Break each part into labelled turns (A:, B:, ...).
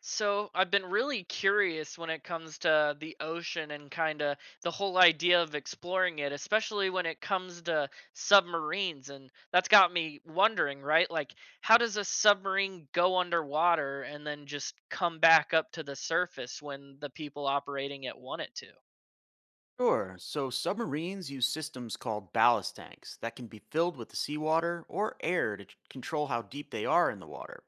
A: So I've been really curious when it comes to the ocean and kind of the whole idea of exploring it, especially when it comes to submarines. And that's got me wondering, right? Like, how does a submarine go underwater and then just come back up to the surface when the people operating it want it to?
B: Sure. So submarines use systems called ballast tanks that can be filled with the seawater or air to control how deep they are in the water.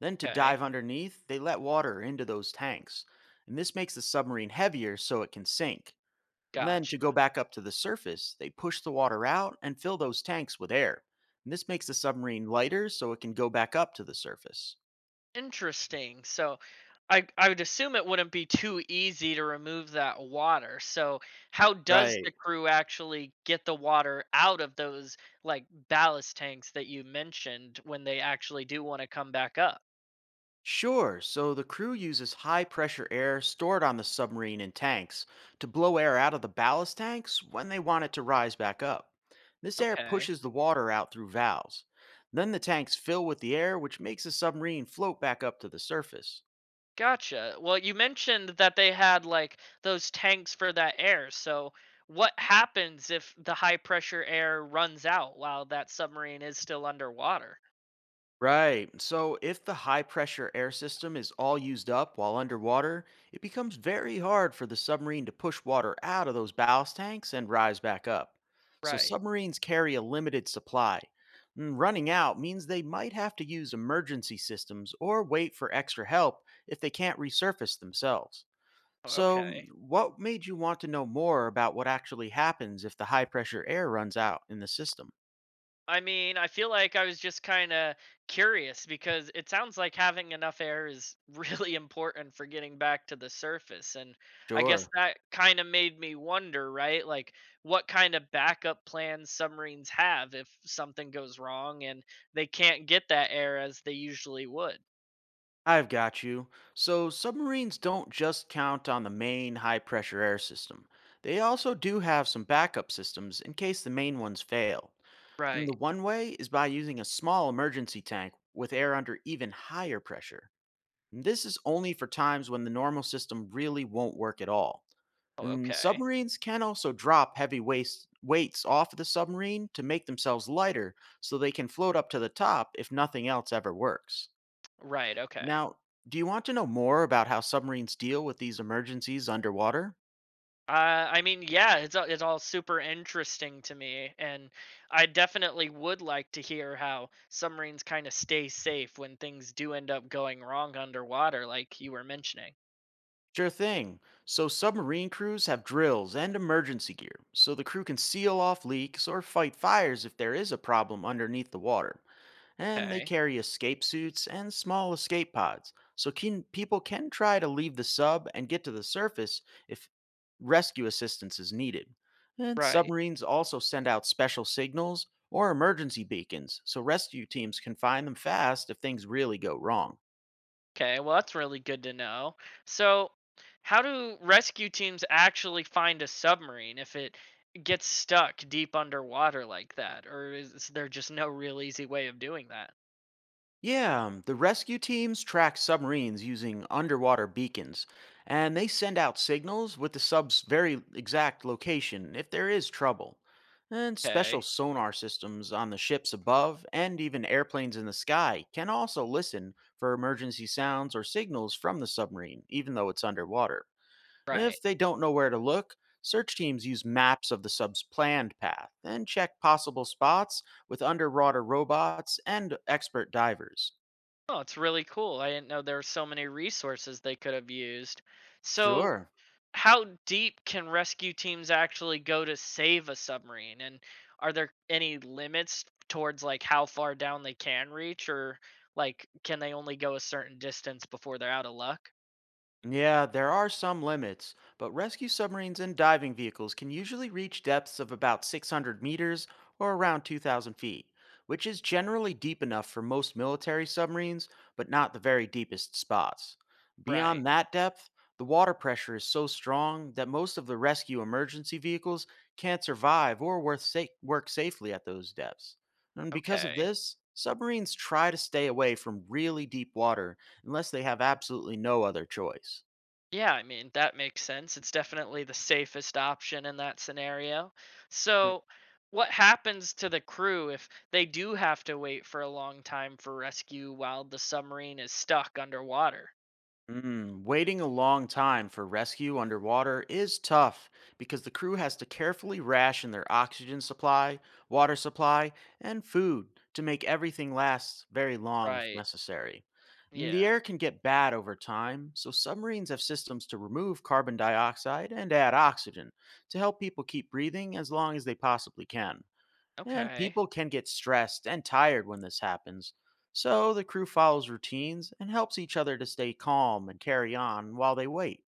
B: Then, to
A: Okay,
B: dive underneath, they let water into those tanks. And this makes the submarine heavier so it can sink. And then, to
A: gotcha.
B: go back up to the surface, they push the water out and fill those tanks with air. And this makes the submarine lighter so it can go back up to the surface.
A: Interesting. So I would assume it wouldn't be too easy to remove that water. So how does
B: Right.
A: the crew actually get the water out of those like ballast tanks that you mentioned when they actually do want to come back up?
B: Sure. So the crew uses high pressure air stored on the submarine in tanks to blow air out of the ballast tanks when they want it to rise back up. This air
A: Okay.
B: pushes the water out through valves. Then the tanks fill with the air, which makes the submarine float back up to the surface.
A: Gotcha. Well, you mentioned that they had like those tanks for that air. So what happens if the high pressure air runs out while that submarine is still underwater?
B: Right. So if the high pressure air system is all used up while underwater, it becomes very hard for the submarine to push water out of those ballast tanks and rise back up. So
A: Right.
B: submarines carry a limited supply. And running out means they might have to use emergency systems or wait for extra help if they can't resurface themselves.
A: Oh,
B: So,
A: okay.
B: what made you want to know more about what actually happens if the high pressure air runs out in the system?
A: I mean, I feel like I was just kind of curious because it sounds like having enough air is really important for getting back to the surface. And I guess
B: Sure.
A: that kind of made me wonder, right? Like, what kind of backup plans submarines have if something goes wrong and they can't get that air as they usually would.
B: I've got you. So, submarines don't just count on the main high pressure air system. They also do have some backup systems in case the main ones fail. And the
A: Right.
B: one way is by using a small emergency tank with air under even higher pressure. And this is only for times when the normal system really won't work at all.
A: Oh,
B: And
A: okay.
B: submarines can also drop heavy weights off of the submarine to make themselves lighter so they can float up to the top if nothing else ever works.
A: Right. Okay.
B: Now, do you want to know more about how submarines deal with these emergencies underwater?
A: I mean, yeah, it's all super interesting to me, and I definitely would like to hear how submarines kind of stay safe when things do end up going wrong underwater, like you were mentioning.
B: Sure thing. So, submarine crews have drills and emergency gear, so the crew can seal off leaks or fight fires if there is a problem underneath the water. And they
A: Okay,
B: carry escape suits and small escape pods, so people can try to leave the sub and get to the surface if rescue assistance is needed. And
A: right.
B: submarines also send out special signals or emergency beacons, so rescue teams can find them fast if things really go wrong.
A: Okay, well, that's really good to know. So, how do rescue teams actually find a submarine if it gets stuck deep underwater like that, or is there just no real easy way of doing that?
B: Yeah, the rescue teams track submarines using underwater beacons, and they send out signals with the sub's very exact location if there is trouble. And special
A: Okay,
B: sonar systems on the ships above and even airplanes in the sky can also listen for emergency sounds or signals from the submarine, even though it's underwater.
A: right.
B: If they don't know where to look, search teams use maps of the sub's planned path and check possible spots with underwater robots and expert divers.
A: Oh, it's really cool. I didn't know there were so many resources they could have used. So,
B: Sure.
A: how deep can rescue teams actually go to save a submarine? And are there any limits towards like how far down they can reach or like can they only go a certain distance before they're out of luck?
B: Yeah, there are some limits, but rescue submarines and diving vehicles can usually reach depths of about 600 meters or around 2,000 feet, which is generally deep enough for most military submarines, but not the very deepest spots.
A: Right.
B: Beyond that depth, the water pressure is so strong that most of the rescue emergency vehicles can't survive or work safely at those depths. And because of
A: Okay.
B: this, submarines try to stay away from really deep water unless they have absolutely no other choice.
A: Yeah, I mean, that makes sense. It's definitely the safest option in that scenario.
B: Mhm.
A: So, what happens to the crew if they do have to wait for a long time for rescue while the submarine is stuck underwater?
B: Waiting a long time for rescue underwater is tough because the crew has to carefully ration their oxygen supply, water supply, and food to make everything last very long if
A: Right.
B: necessary. And the
A: Yeah.
B: air can get bad over time, so submarines have systems to remove carbon dioxide and add oxygen to help people keep breathing as long as they possibly can. And
A: Okay.
B: people can get stressed and tired when this happens. So the crew follows routines and helps each other to stay calm and carry on while they wait.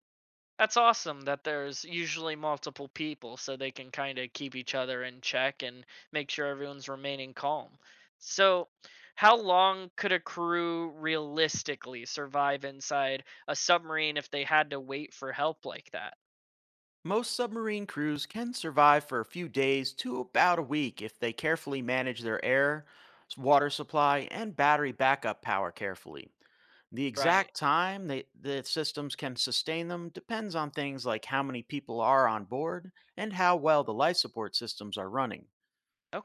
A: That's awesome that there's usually multiple people so they can kind of keep each other in check and make sure everyone's remaining calm. So, how long could a crew realistically survive inside a submarine if they had to wait for help like that?
B: Most submarine crews can survive for a few days to about a week if they carefully manage their air, water supply, and battery backup power carefully. The
A: Right.
B: exact time the systems can sustain them depends on things like how many people are on board and how well the life support systems are running.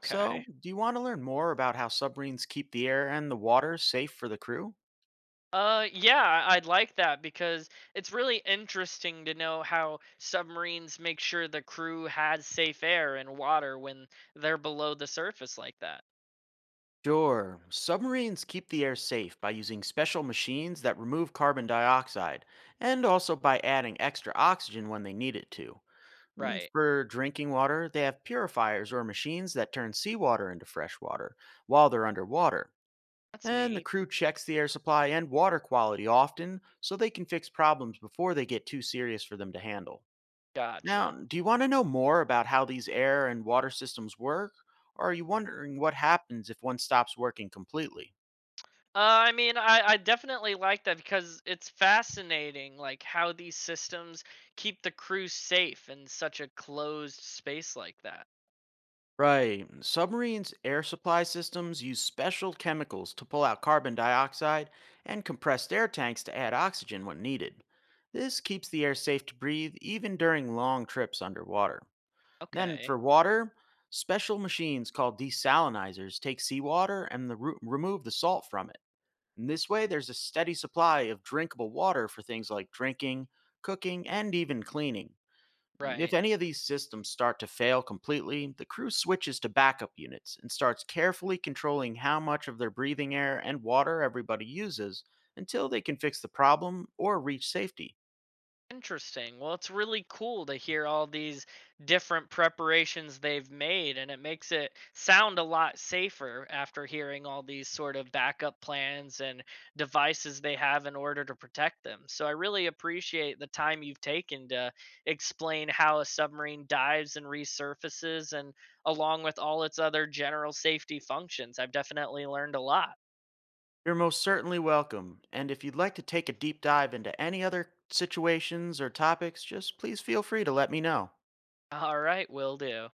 B: So, do you want to learn more about how submarines keep the air and the water safe for the crew?
A: Yeah, I'd like that because it's really interesting to know how submarines make sure the crew has safe air and water when they're below the surface like that.
B: Sure. Submarines keep the air safe by using special machines that remove carbon dioxide and also by adding extra oxygen when they need it to.
A: Right.
B: For drinking water, they have purifiers or machines that turn seawater into fresh water while they're underwater.
A: That's
B: And the
A: neat.
B: crew checks the air supply and water quality often so they can fix problems before they get too serious for them to handle. Now,
A: Gotcha.
B: do you want to know more about how these air and water systems work? Or are you wondering what happens if one stops working completely?
A: Uh, I mean, I definitely like that because it's fascinating, like how these systems keep the crew safe in such a closed space like that.
B: Right. Submarines' air supply systems use special chemicals to pull out carbon dioxide and compressed air tanks to add oxygen when needed. This keeps the air safe to breathe even during long trips underwater. Then,
A: Okay,
B: for water, special machines called desalinizers take seawater and remove the salt from it. And this way, there's a steady supply of drinkable water for things like drinking, cooking, and even cleaning. And If
A: right.
B: any of these systems start to fail completely, the crew switches to backup units and starts carefully controlling how much of their breathing air and water everybody uses until they can fix the problem or reach safety.
A: Interesting. Well, it's really cool to hear all these different preparations they've made, and it makes it sound a lot safer after hearing all these sort of backup plans and devices they have in order to protect them. So I really appreciate the time you've taken to explain how a submarine dives and resurfaces, and along with all its other general safety functions. I've definitely learned a lot.
B: You're most certainly welcome, and if you'd like to take a deep dive into any other situations or topics, just please feel free to let me know.
A: All right, will do.